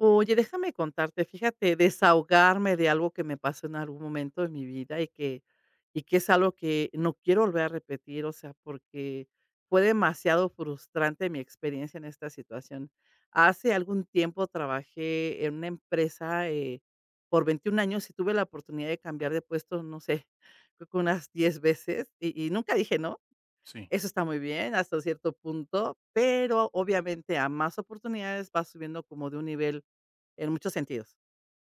Oye, déjame contarte, fíjate, desahogarme de algo que me pasó en algún momento de mi vida y que es algo que no quiero volver a repetir, o sea, porque fue demasiado frustrante mi experiencia en esta situación. Hace algún tiempo trabajé en una empresa por 21 años y tuve la oportunidad de cambiar de puesto, no sé, creo que unas 10 veces y nunca dije no. Sí, Eso está muy bien hasta cierto punto, pero obviamente a más oportunidades vas subiendo como de un nivel en muchos sentidos.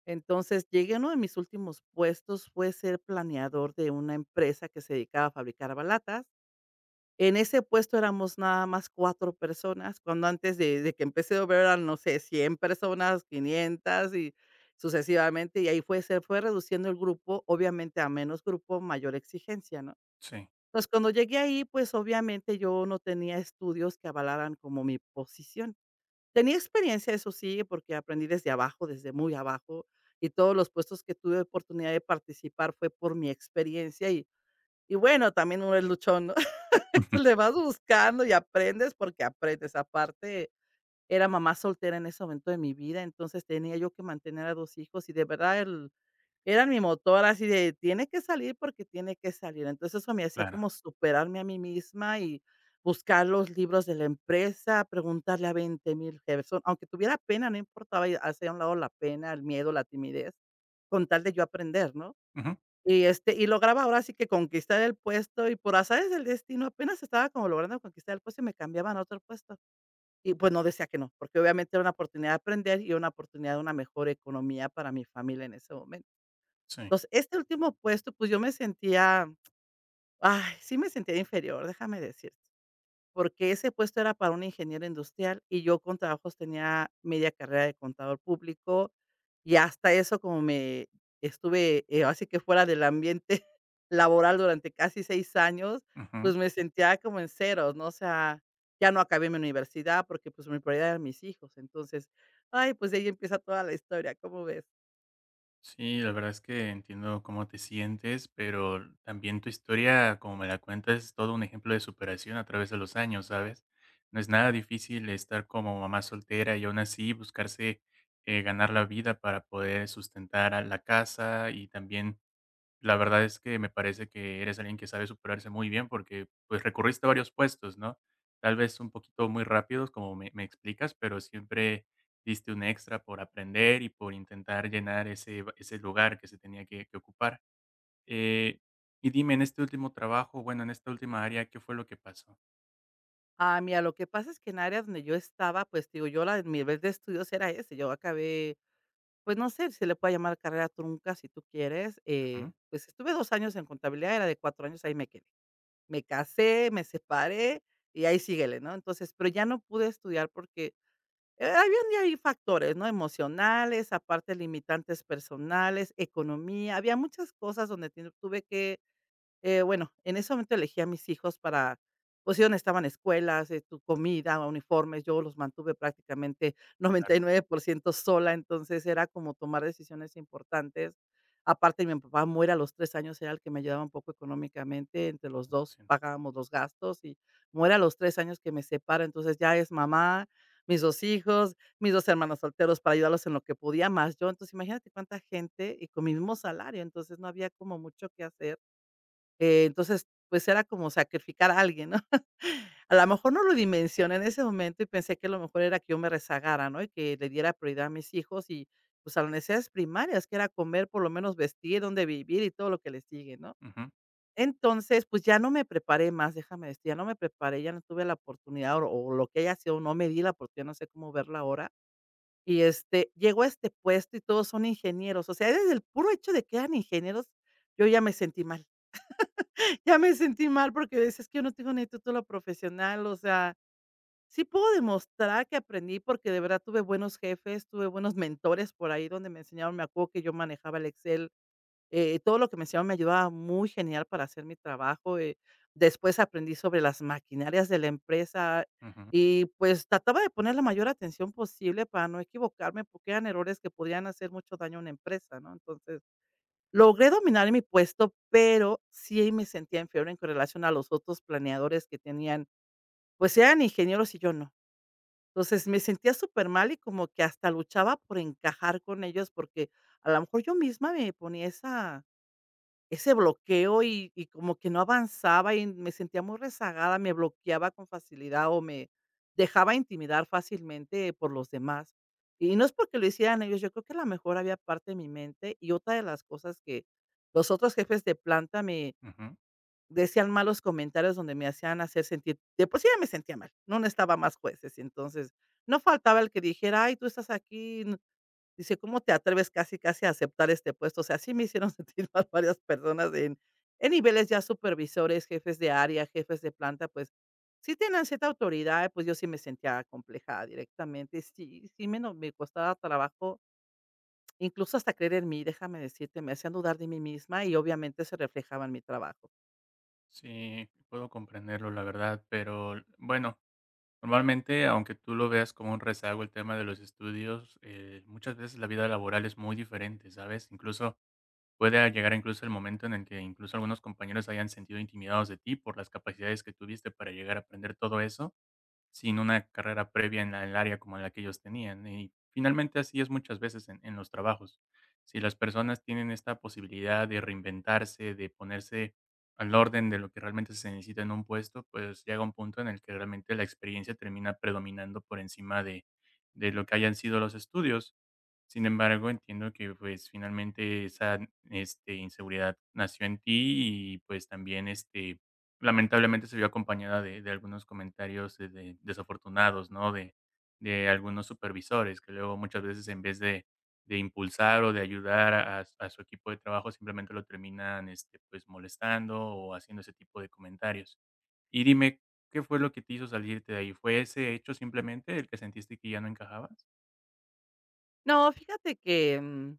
Entonces, llegué a uno de mis últimos puestos, fue ser planeador de una empresa que se dedicaba a fabricar balatas. En ese puesto éramos nada más 4 personas, cuando antes de que empecé a ver eran, no sé, 100 personas, 500 y sucesivamente, y ahí fue se fue reduciendo el grupo, obviamente a menos grupo, mayor exigencia, ¿no? sí. Entonces, cuando llegué ahí, pues, obviamente yo no tenía estudios que avalaran como mi posición. Tenía experiencia, eso sí, porque aprendí desde abajo, desde muy abajo, y todos los puestos que tuve oportunidad de participar fue por mi experiencia y bueno, también uno es luchón, ¿no? Ujú. Entonces, le vas buscando y aprendes porque aprendes. Aparte, era mamá soltera en ese momento de mi vida, entonces tenía yo que mantener a 2 hijos y de verdad el era mi motor así de: "Tiene que salir porque tiene que salir". Entonces, eso me hacía Claro. como superarme a mí misma y buscar los libros de la empresa, preguntarle a 20,000 perso aunque tuviera pena, no importaba, y hacía a un lado la pena, el miedo, la timidez, con tal de yo aprender, ¿no? Ujú, Y, este, y lograba ahora sí que conquistar el puesto y por azares del destino, apenas estaba como logrando conquistar el puesto y me cambiaban a otro puesto. Y, pues, no decía que no, porque obviamente era una oportunidad de aprender y una oportunidad de una mejor economía para mi familia en ese momento. sí. Entonces, este último puesto, pues, yo me sentía, ay, sí me sentía inferior, déjame decirte, porque ese puesto era para un ingeniero industrial y yo con trabajos tenía media carrera de contador público y hasta eso como me estuve, ahora sí que fuera del ambiente laboral durante casi 6 años, Ujú. pues, me sentía como en ceros, ¿no? O sea, ya no acabé mi universidad porque, pues, mi prioridad eran mis hijos. Entonces, ay, pues, de ahí empieza toda la historia, ¿cómo ves? Sí, la verdad es que entiendo cómo te sientes, pero también tu historia, como me la cuentas, es todo un ejemplo de superación a través de los años, ¿sabes? No es nada difícil estar como mamá soltera y aún así buscarse ganar la vida para poder sustentar a la casa y también. La verdad es que me parece que eres alguien que sabe superarse muy bien porque, pues, recurriste a varios puestos, ¿no? Tal vez un poquito muy rápidos, como me explicas, pero siempre diste un extra por aprender y por intentar llenar ese lugar que se tenía que ocupar. Eh, y dime, en este último trabajo, bueno, en esta última área, ¿qué fue lo que pasó? Ah, mira, lo que pasa es que en áreas donde yo estaba, pues, digo, yo la mi nivel de estudios era ese, yo acabé, pues, no sé si se le puede llamar carrera trunca, si tú quieres, Ujú, pues, estuve 2 años en contabilidad, era de 4 años, ahí me quedé. Me casé, me separé y ahí síguele, ¿no? Entonces, pero ya no pude estudiar porque, habían de ahí factores, ¿no? Emocionales, aparte limitantes personales, economía, había muchas cosas donde tien tuve que bueno, en ese momento elegí a mis hijos para, pues, sí estaban escuelas, tu comida, uniformes, yo los mantuve prácticamente 99% sola, entonces era como tomar decisiones importantes. Aparte, mi papá muere a los 3 años, era el que me ayudaba un poco económicamente, entre los dos sí, pagábamos los gastos y muere a los 3 años que me separa, entonces ya es mamá, mis 2 hijos, mis 2 hermanos solteros para ayudarlos en lo que podía, más yo. Entonces, imagínate cuánta gente y con mi mismo salario, entonces no había como mucho que hacer. Entonces, pues, era como sacrificar a alguien, ¿no? A lo mejor no lo dimensioné en ese momento y pensé que lo mejor era que yo me rezagara, ¿no? Y que le diera prioridad a mis hijos y, pues, a las necesidades primarias, que era comer, por lo menos vestir, dónde vivir y todo lo que le sigue, ¿no? ujú, Entonces, pues, ya no me preparé más, déjame decir, ya no me preparé, ya no tuve la oportunidad o lo que haya sido, no me di la oportunidad, no sé cómo verla ahora. Y, este, llegó a este puesto y todos son ingenieros, o sea, desde el puro hecho de que eran ingenieros, yo ya me sentí mal. Ya me sentí mal porque decía: "que yo no tengo ni título profesional", o sea, sí puedo demostrar que aprendí, porque de verdad tuve buenos jefes, tuve buenos mentores por ahí donde me enseñaron. Me acuerdo que yo manejaba el Excel, todo lo que me enseñaron me ayudaba muy genial para hacer mi trabajo, después aprendí sobre las maquinarias de la empresa ujú, y, pues, trataba de poner la mayor atención posible para no equivocarme, porque eran errores que podían hacer mucho daño a una empresa, ¿no? Entonces logré dominar mi puesto, pero sí me sentía inferior en relación a los otros planeadores que tenían, pues eran ingenieros y yo no. Entonces me sentía súper mal y como que hasta luchaba por encajar con ellos, porque a lo mejor yo misma me ponía esa ese bloqueo y como que no avanzaba y me sentía muy rezagada, me bloqueaba con facilidad o me dejaba intimidar fácilmente por los demás. Y no es porque lo hicieran ellos, yo creo que a lo mejor había parte de mi mente. Y otra de las cosas que los otros jefes de planta me ujú. decían malos comentarios donde me hacían hacer sentir de por sí ya me sentía mal, no necesitaba más jueces. Entonces, no faltaba el que dijera: "Ay, tú estás aquí". Dice: "¿Cómo te atreves casi, casi a aceptar este puesto?". O sea, así me hicieron sentir mal varias personas en niveles ya supervisores, jefes de área, jefes de planta, pues, sí tenían cierta autoridad, pues, yo sí me sentía acomplejada directamente. Sí, me no me costaba trabajo, incluso hasta creer en mí, déjame decirte, me hacían dudar de mí misma y obviamente se reflejaba en mi trabajo. Sí, puedo comprenderlo, la verdad, pero, bueno. Normalmente, aunque tú lo veas como un rezago el tema de los estudios, muchas veces la vida laboral es muy diferente, ¿sabes? Incluso puede llegar incluso el momento en el que incluso algunos compañeros hayan sentido intimidados de ti por las capacidades que tuviste para llegar a aprender todo eso sin una carrera previa en la el área como la que ellos tenían. Y finalmente así es muchas veces en los trabajos. Si las personas tienen esta posibilidad de reinventarse, de ponerse al orden de lo que realmente se necesita en un puesto, pues llega un punto en el que realmente la experiencia termina predominando por encima de lo que hayan sido los estudios. Sin embargo, entiendo que, pues, finalmente esa, este, inseguridad nació en ti y, pues, también, este, lamentablemente se vio acompañada de algunos comentarios, de desafortunados, ¿no? De algunos supervisores que luego muchas veces en vez de impulsar o de ayudar a su equipo de trabajo, simplemente lo terminan, este, pues, molestando o haciendo ese tipo de comentarios. Y dime, ¿qué fue lo que te hizo salirte de ahí? ¿Fue ese hecho simplemente el que sentiste que ya no encajabas? No, fíjate que,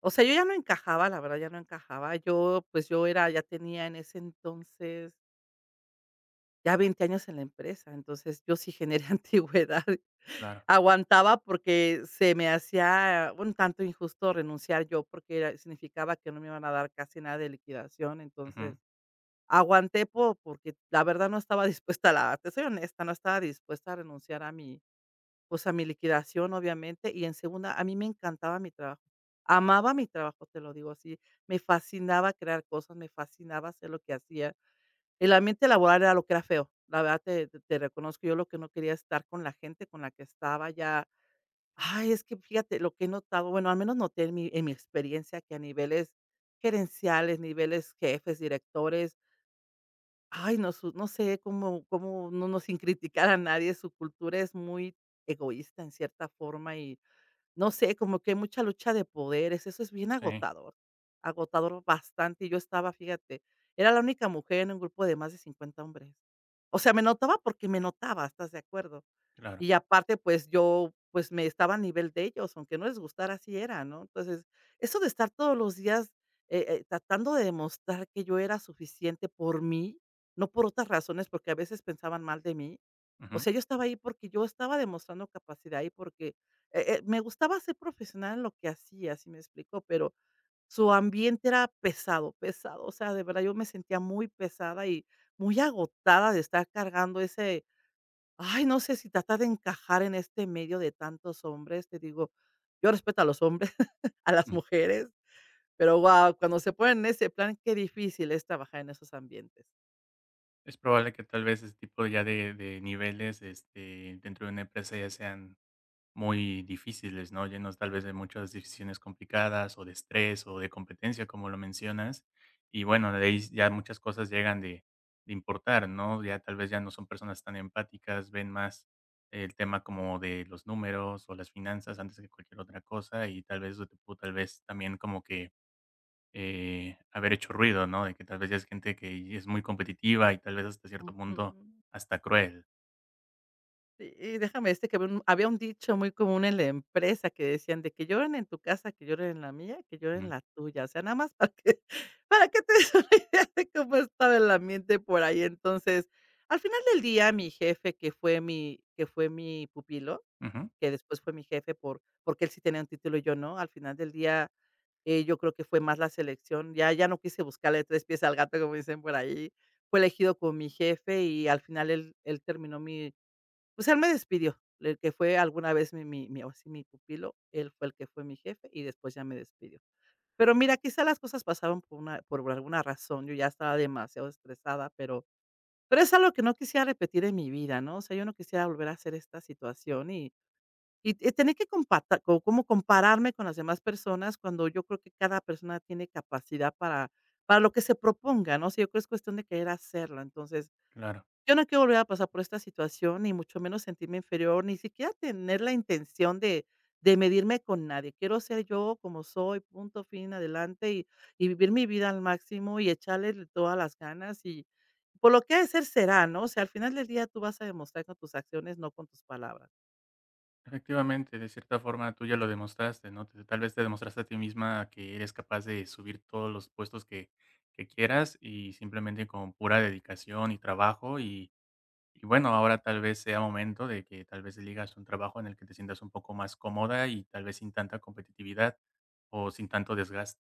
o sea, yo ya no encajaba, la verdad, ya no encajaba. Yo, pues, yo era ya tenía en ese entonces ya 20 años en la empresa, entonces yo sí generé antigüedad. Claro. Aguantaba porque se me hacía un tanto injusto renunciar yo, porque era significaba que no me iban a dar casi nada de liquidación, entonces Ujú. aguanté po porque la verdad no estaba dispuesta a la te soy honesta, no estaba dispuesta a renunciar a mi, pues, a mi liquidación, obviamente, y en segunda, a mí me encantaba mi trabajo. Amaba mi trabajo, te lo digo así, me fascinaba crear cosas, me fascinaba hacer lo que hacía. El ambiente laboral era lo que era feo. La verdad te reconozco, yo lo que no quería estar con la gente con la que estaba ya ay, es que fíjate lo que he notado, bueno, al menos noté en mi experiencia que a niveles gerenciales, niveles jefes, directores, ay, no sé cómo sin criticar a nadie, su cultura es muy egoísta en cierta forma y no sé, como que hay mucha lucha de poderes, eso es bien Sí. agotador, agotador bastante. Y yo estaba, fíjate, era la única mujer en un grupo de más de 50 hombres. O sea, me notaba porque me notaba, ¿estás de acuerdo? Claro. Y aparte, pues yo, pues me estaba a nivel de ellos, aunque no les gustara, así era, ¿no? Entonces, eso de estar todos los días tratando de demostrar que yo era suficiente por mí, no por otras razones, porque a veces pensaban mal de mí. O Ujú, sea, yo estaba ahí porque yo estaba demostrando capacidad y porque me gustaba ser profesional en lo que hacía, así me explicó. Pero su ambiente era pesado, pesado, o sea, de verdad yo me sentía muy pesada y muy agotada de estar cargando ese, ay, no sé si tratar de encajar en este medio de tantos hombres, te digo, yo respeto a los hombres, a las ujú. mujeres, pero guau, cuando se ponen en ese plan, qué difícil es trabajar en esos ambientes. Es probable que tal vez ese tipo ya de niveles, este, dentro de una empresa ya sean muy difíciles, ¿no? Llenos tal vez de muchas decisiones complicadas o de estrés o de competencia, como lo mencionas. Y bueno, de ahí ya muchas cosas llegan de importar, ¿no? Ya tal vez ya no son personas tan empáticas, ven más el tema como de los números o las finanzas antes que cualquier otra cosa y tal vez eso te pudo tal vez también como que haber hecho ruido, ¿no? De que tal vez ya es gente que es muy competitiva y tal vez hasta cierto Ujú. punto hasta cruel. Y déjame decirte que había un dicho muy común en la empresa que decían de: "Que lloren en tu casa, que lloren en la mía, que lloren en Ujú, la tuya". O sea, nada más para que para que te des una idea de cómo estaba el ambiente por ahí. Entonces, al final del día, mi jefe, que fue mi pupilo, ujú, que después fue mi jefe porque él sí tenía un título y yo no. Al final del día, yo creo que fue más la selección. Ya no quise buscarle 3 pies al gato, como dicen por ahí. Fue elegido con mi jefe y al final él terminó mi pues él me despidió, el que fue alguna vez mi ahora sí, mi pupilo, él fue el que fue mi jefe y después ya me despidió. Pero mira, quizá las cosas pasaban por una por alguna razón, yo ya estaba demasiado estresada, pero es algo que no quisiera repetir en mi vida, ¿no? O sea, yo no quisiera volver a hacer esta situación y tener que compata co como compararme con las demás personas cuando yo creo que cada persona tiene capacidad para lo que se proponga, ¿no? O sea, yo creo que es cuestión de querer hacerlo, entonces claro. yo no quiero volver a pasar por esta situación, ni mucho menos sentirme inferior, ni siquiera tener la intención de medirme con nadie. Quiero ser yo como soy, punto, fin, adelante, y vivir mi vida al máximo y echarle todas las ganas, y por lo que ha de ser, será, ¿no? O sea, al final del día tú vas a demostrar con tus acciones, no con tus palabras. Efectivamente, de cierta forma tú ya lo demostraste, ¿no? Te- Tal vez te demostraste a ti misma que eres capaz de subir todos los puestos que quieras y simplemente con pura dedicación y trabajo y bueno, ahora tal vez sea momento de que tal vez eligas un trabajo en el que te sientas un poco más cómoda y tal vez sin tanta competitividad o sin tanto desgaste.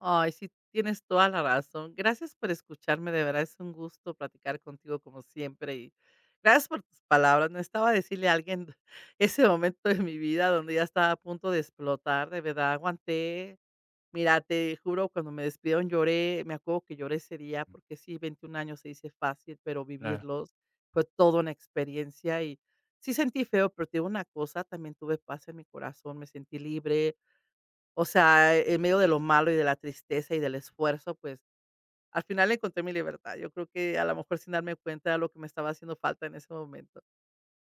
Ay, sí, tienes toda la razón. Gracias por escucharme, de verdad es un gusto platicar contigo como siempre y gracias por tus palabras. Necesitaba decirle a alguien ese momento de mi vida donde ya estaba a punto de explotar, de verdad aguanté. Mira, te juro, cuando me despidieron lloré, me acuerdo que lloré ese día porque sí, 21 años se dice fácil, pero Claro. vivirlos fue toda una experiencia y sí sentí feo, pero te digo una cosa, también tuve paz en mi corazón, me sentí libre, o sea, en medio de lo malo y de la tristeza y del esfuerzo, pues, al final encontré mi libertad. Yo creo que a lo mejor sin darme cuenta de lo que me estaba haciendo falta en ese momento.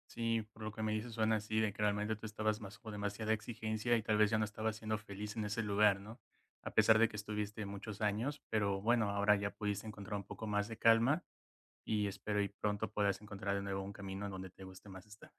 Sí, por lo que me dices suena así, de que realmente tú estabas más bajo demasiada exigencia y tal vez ya no estabas siendo feliz en ese lugar, ¿no? A pesar de que estuviste muchos años, pero bueno, ahora ya pudiste encontrar un poco más de calma y espero y pronto puedas encontrar de nuevo un camino en donde te guste más estar.